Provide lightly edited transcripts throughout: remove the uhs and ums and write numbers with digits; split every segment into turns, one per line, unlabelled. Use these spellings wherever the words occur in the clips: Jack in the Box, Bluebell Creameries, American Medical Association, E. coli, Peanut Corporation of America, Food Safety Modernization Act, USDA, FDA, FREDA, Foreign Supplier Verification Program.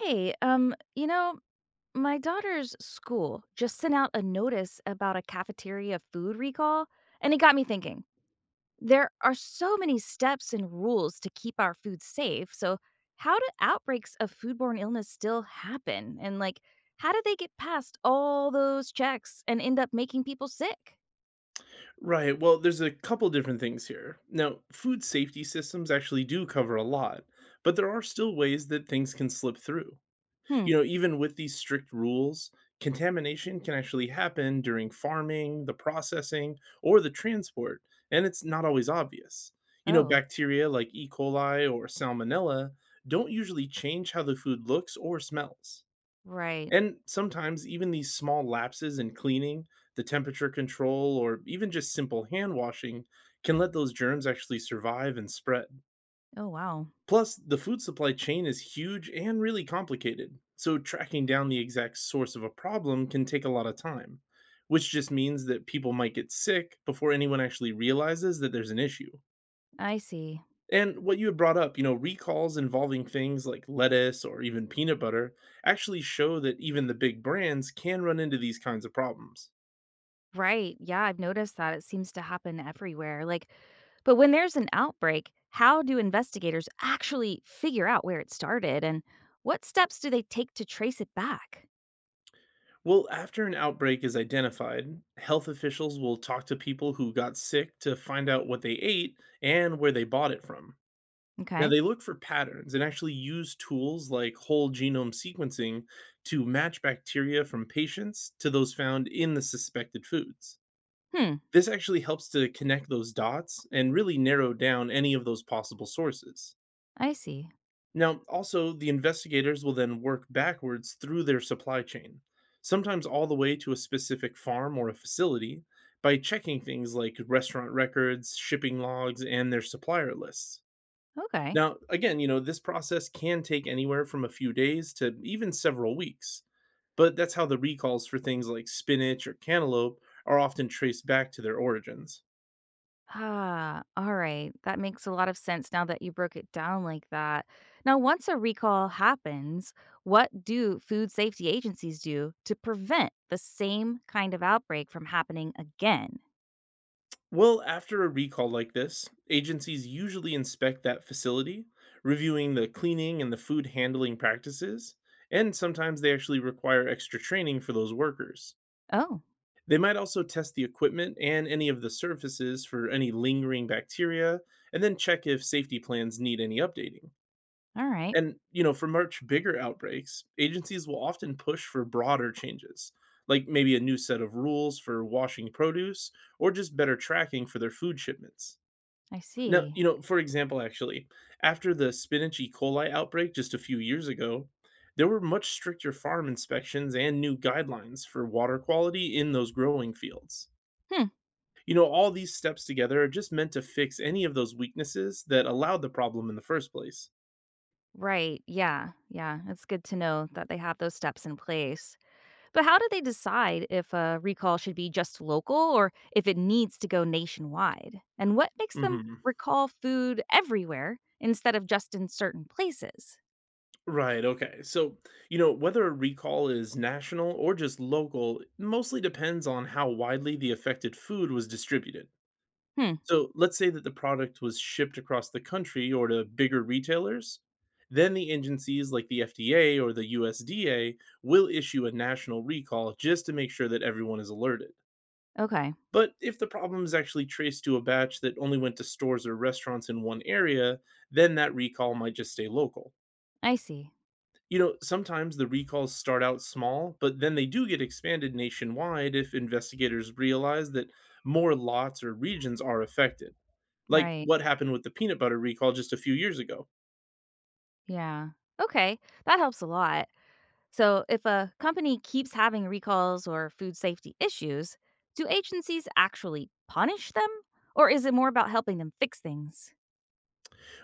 Hey, you know, my daughter's school just sent out a notice about a cafeteria food recall, and it got me thinking. There are so many steps and rules to keep our food safe. So, how do outbreaks of foodborne illness still happen? And, like, how do they get past all those checks and end up making people sick?
Right. Well, there's a couple different things here. Now, food safety systems actually do cover a lot, but there are still ways that things can slip through. You
Hmm.
know, even with these strict rules, contamination can actually happen during farming, the processing, or the transport, and it's not always obvious. You know,
Oh,
bacteria like E. coli or salmonella don't usually change how the food looks or smells.
right.
And sometimes even these small lapses in cleaning, the temperature control, or even just simple hand washing can let those germs actually survive and spread.
Oh, wow.
Plus, the food supply chain is huge and really complicated, so tracking down the exact source of a problem can take a lot of time, which just means that people might get sick before anyone actually realizes that there's an issue.
I see.
And what you had brought up, recalls involving things like lettuce or even peanut butter actually show that even the big brands can run into these kinds of problems.
Right. Yeah, I've noticed that it seems to happen everywhere. Like, but when there's an outbreak, how do investigators actually figure out where it started and what steps do they take to trace it back?
Well, after an outbreak is identified, health officials will talk to people who got sick to find out what they ate and where they bought it from. Now,
Okay.
they look for patterns and actually use tools like whole genome sequencing to match bacteria from patients to those found in the suspected foods.
Hmm.
This actually helps to connect those dots and really narrow down any of those possible sources.
I see.
Now, also, the investigators will then work backwards through their supply chain, sometimes all the way to a specific farm or a facility, by checking things like restaurant records, shipping logs, and their supplier lists.
Okay.
Now, again, this process can take anywhere from a few days to even several weeks, but that's how the recalls for things like spinach or cantaloupe are often traced back to their origins.
Ah, all right. That makes a lot of sense now that you broke it down like that. Now, once a recall happens, what do food safety agencies do to prevent the same kind of outbreak from happening again?
Well, after a recall like this, agencies usually inspect that facility, reviewing the cleaning and the food handling practices, and sometimes they actually require extra training for those workers.
Oh,
They might also test the equipment and any of the surfaces for any lingering bacteria, and then check if safety plans need any updating.
all right.
And, for much bigger outbreaks, agencies will often push for broader changes, like maybe a new set of rules for washing produce or just better tracking for their food shipments.
I
Now
see.
you know, for example, actually, after the spinach E. coli outbreak just a few years ago, there were much stricter farm inspections and new guidelines for water quality in those growing fields.
Hmm.
All these steps together are just meant to fix any of those weaknesses that allowed the problem in the first place.
Right. Yeah. Yeah. It's good to know that they have those steps in place. But how do they decide if a recall should be just local or if it needs to go nationwide? And what makes them
hmm
recall food everywhere instead of just in certain places?
Right. Okay. So, whether a recall is national or just local mostly depends on how widely the affected food was distributed.
Hmm.
So let's say that the product was shipped across the country or to bigger retailers. Then the agencies like the FDA or the USDA will issue a national recall just to make sure that everyone is alerted.
Okay.
But if the problem is actually traced to a batch that only went to stores or restaurants in one area, then that recall might just stay local.
I see.
Sometimes the recalls start out small, but then they do get expanded nationwide if investigators realize that more lots or regions are affected, like
Right.
what happened with the peanut butter recall just a few years ago.
Yeah. Okay. That helps a lot. So if a company keeps having recalls or food safety issues, do agencies actually punish them? Or is it more about helping them fix things?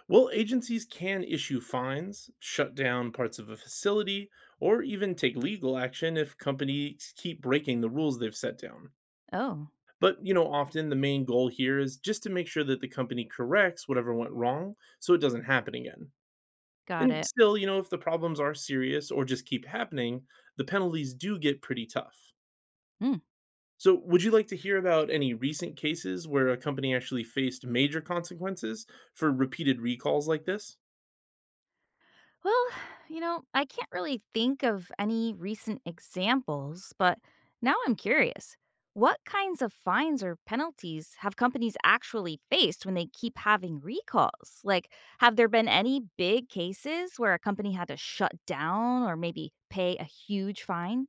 Well, agencies can issue fines, shut down parts of a facility, or even take legal action if companies keep breaking the rules they've set down.
Oh,
But, often the main goal here is just to make sure that the company corrects whatever went wrong so it doesn't happen again.
got
And
it.
still, if the problems are serious or just keep happening, the penalties do get pretty tough.
Mm.
So, would you like to hear about any recent cases where a company actually faced major consequences for repeated recalls like this?
Well, you know, I can't really think of any recent examples, but now I'm curious. What kinds of fines or penalties have companies actually faced when they keep having recalls? Like, have there been any big cases where a company had to shut down or maybe pay a huge fine?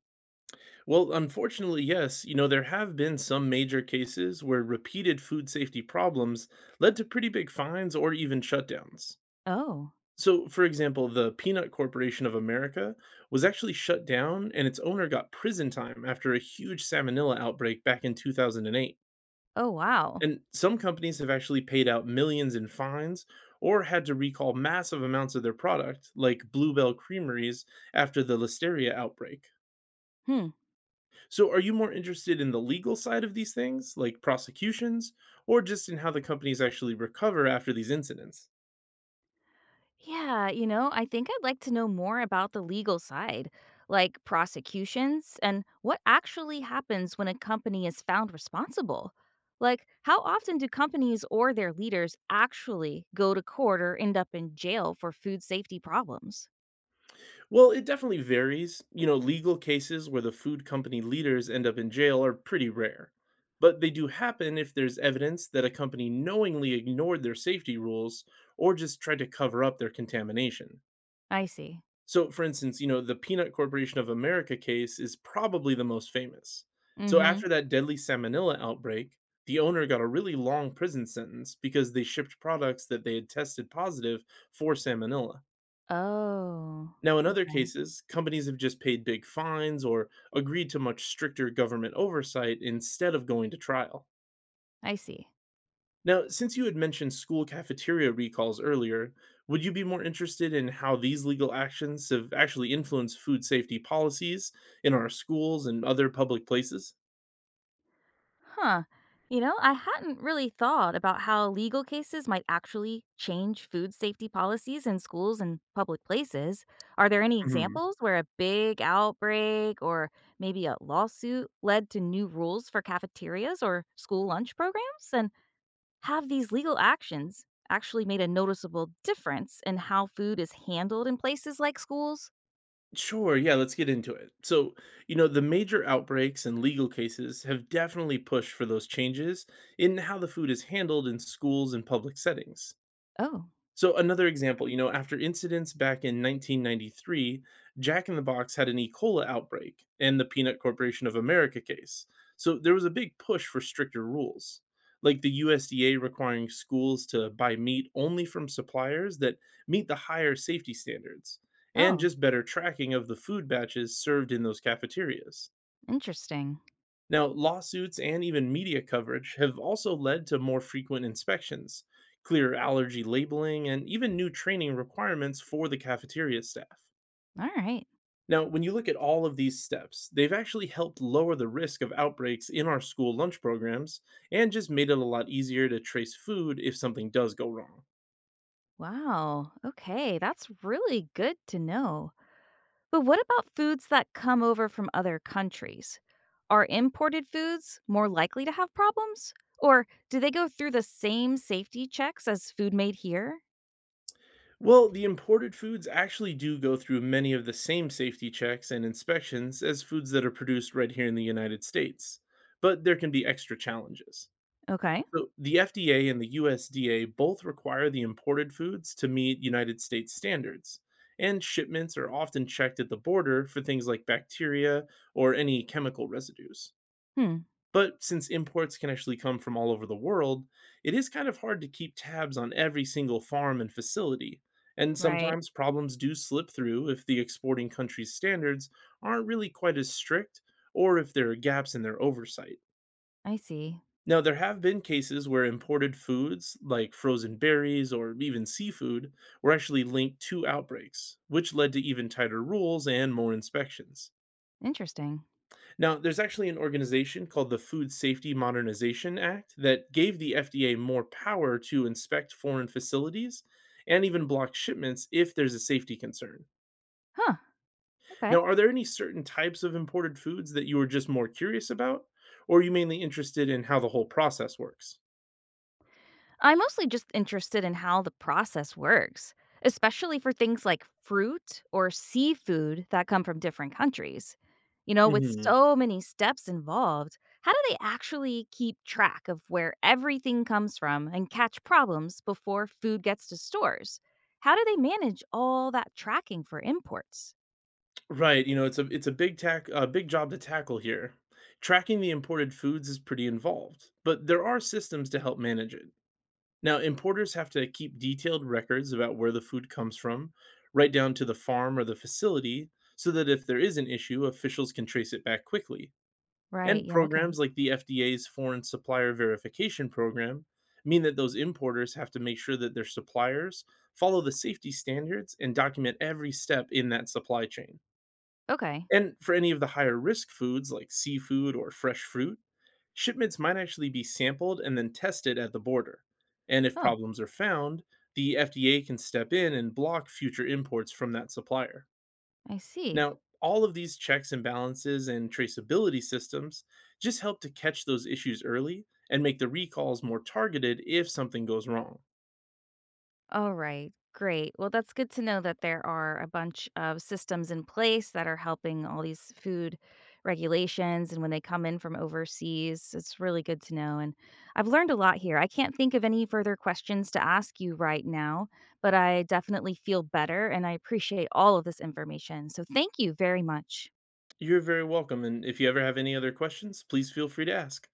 Well, unfortunately, yes. There have been some major cases where repeated food safety problems led to pretty big fines or even shutdowns.
Oh,
So, for example, the Peanut Corporation of America was actually shut down and its owner got prison time after a huge salmonella outbreak back in 2008.
oh, wow.
And some companies have actually paid out millions in fines or had to recall massive amounts of their product, like Bluebell Creameries, after the Listeria outbreak.
Hmm.
So, are you more interested in the legal side of these things, like prosecutions, or just in how the companies actually recover after these incidents?
Yeah, you know, I think I'd like to know more about the legal side, like prosecutions and what actually happens when a company is found responsible. Like, how often do companies or their leaders actually go to court or end up in jail for food safety problems?
Well, it definitely varies. Legal cases where the food company leaders end up in jail are pretty rare, but they do happen if there's evidence that a company knowingly ignored their safety rules or just tried to cover up their contamination.
I see.
So, for instance, the Peanut Corporation of America case is probably the most famous.
Mm
So,
hmm.
after that deadly salmonella outbreak, the owner got a really long prison sentence because they shipped products that they had tested positive for salmonella.
Oh,
Now, in other
okay.
cases, companies have just paid big fines or agreed to much stricter government oversight instead of going to trial.
I see.
Now, since you had mentioned school cafeteria recalls earlier, would you be more interested in how these legal actions have actually influenced food safety policies in our schools and other public places?
Huh. You know, I hadn't really thought about how legal cases might actually change food safety policies in schools and public places. Are there any
Mhm.
examples where a big outbreak or maybe a lawsuit led to new rules for cafeterias or school lunch programs? And have these legal actions actually made a noticeable difference in how food is handled in places like schools?
Sure, yeah, let's get into it. So, the major outbreaks and legal cases have definitely pushed for those changes in how the food is handled in schools and public settings.
Oh,
So another example, after incidents back in 1993, Jack in the Box had an E. coli outbreak and the Peanut Corporation of America case. So there was a big push for stricter rules, like the USDA requiring schools to buy meat only from suppliers that meet the higher safety standards and
oh,
just better tracking of the food batches served in those cafeterias.
interesting.
Now, lawsuits and even media coverage have also led to more frequent inspections, clear allergy labeling, and even new training requirements for the cafeteria staff.
All right.
Now, when you look at all of these steps, they've actually helped lower the risk of outbreaks in our school lunch programs and just made it a lot easier to trace food if something does go wrong.
Wow. Okay. That's really good to know. But what about foods that come over from other countries? Are imported foods more likely to have problems? Or do they go through the same safety checks as food made here?
Well, the imported foods actually do go through many of the same safety checks and inspections as foods that are produced right here in the United States, but there can be extra challenges.
Okay.
So the FDA and the USDA both require the imported foods to meet United States standards, and shipments are often checked at the border for things like bacteria or any chemical residues.
Hmm.
But since imports can actually come from all over the world, it is kind of hard to keep tabs on every single farm and facility. And
Right.
sometimes problems do slip through if the exporting country's standards aren't really quite as strict or if there are gaps in their oversight.
I see.
Now, there have been cases where imported foods, like frozen berries or even seafood, were actually linked to outbreaks, which led to even tighter rules and more inspections.
Interesting.
Now, there's actually an organization called the Food Safety Modernization Act that gave the FDA more power to inspect foreign facilities and even block shipments if there's a safety concern.
Huh. Okay.
Now, are there any certain types of imported foods that you were just more curious about, or are you mainly interested in how the whole process works?
I'm mostly just interested in how the process works, especially for things like fruit or seafood that come from different countries. You know, with
hmm
so many steps involved, how do they actually keep track of where everything comes from and catch problems before food gets to stores? How do they manage all that tracking for imports?
Right, you know, it's a big job to tackle here. Tracking the imported foods is pretty involved, but there are systems to help manage it. Now, importers have to keep detailed records about where the food comes from, right down to the farm or the facility, so that if there is an issue, officials can trace it back quickly.
Right.
And
Yeah.
programs
Okay.
like the FDA's Foreign Supplier Verification Program mean that those importers have to make sure that their suppliers follow the safety standards and document every step in that supply chain.
Okay.
And for any of the higher risk foods like seafood or fresh fruit, shipments might actually be sampled and then tested at the border. And if
Oh,
problems are found, the FDA can step in and block future imports from that supplier.
I see.
Now, all of these checks and balances and traceability systems just help to catch those issues early and make the recalls more targeted if something goes wrong.
All right, great. Well, that's good to know that there are a bunch of systems in place that are helping all these food regulations. And when they come in from overseas, it's really good to know. And I've learned a lot here. I can't think of any further questions to ask you right now, but I definitely feel better and I appreciate all of this information. So thank you very much.
You're very welcome, and if you ever have any other questions, please feel free to ask.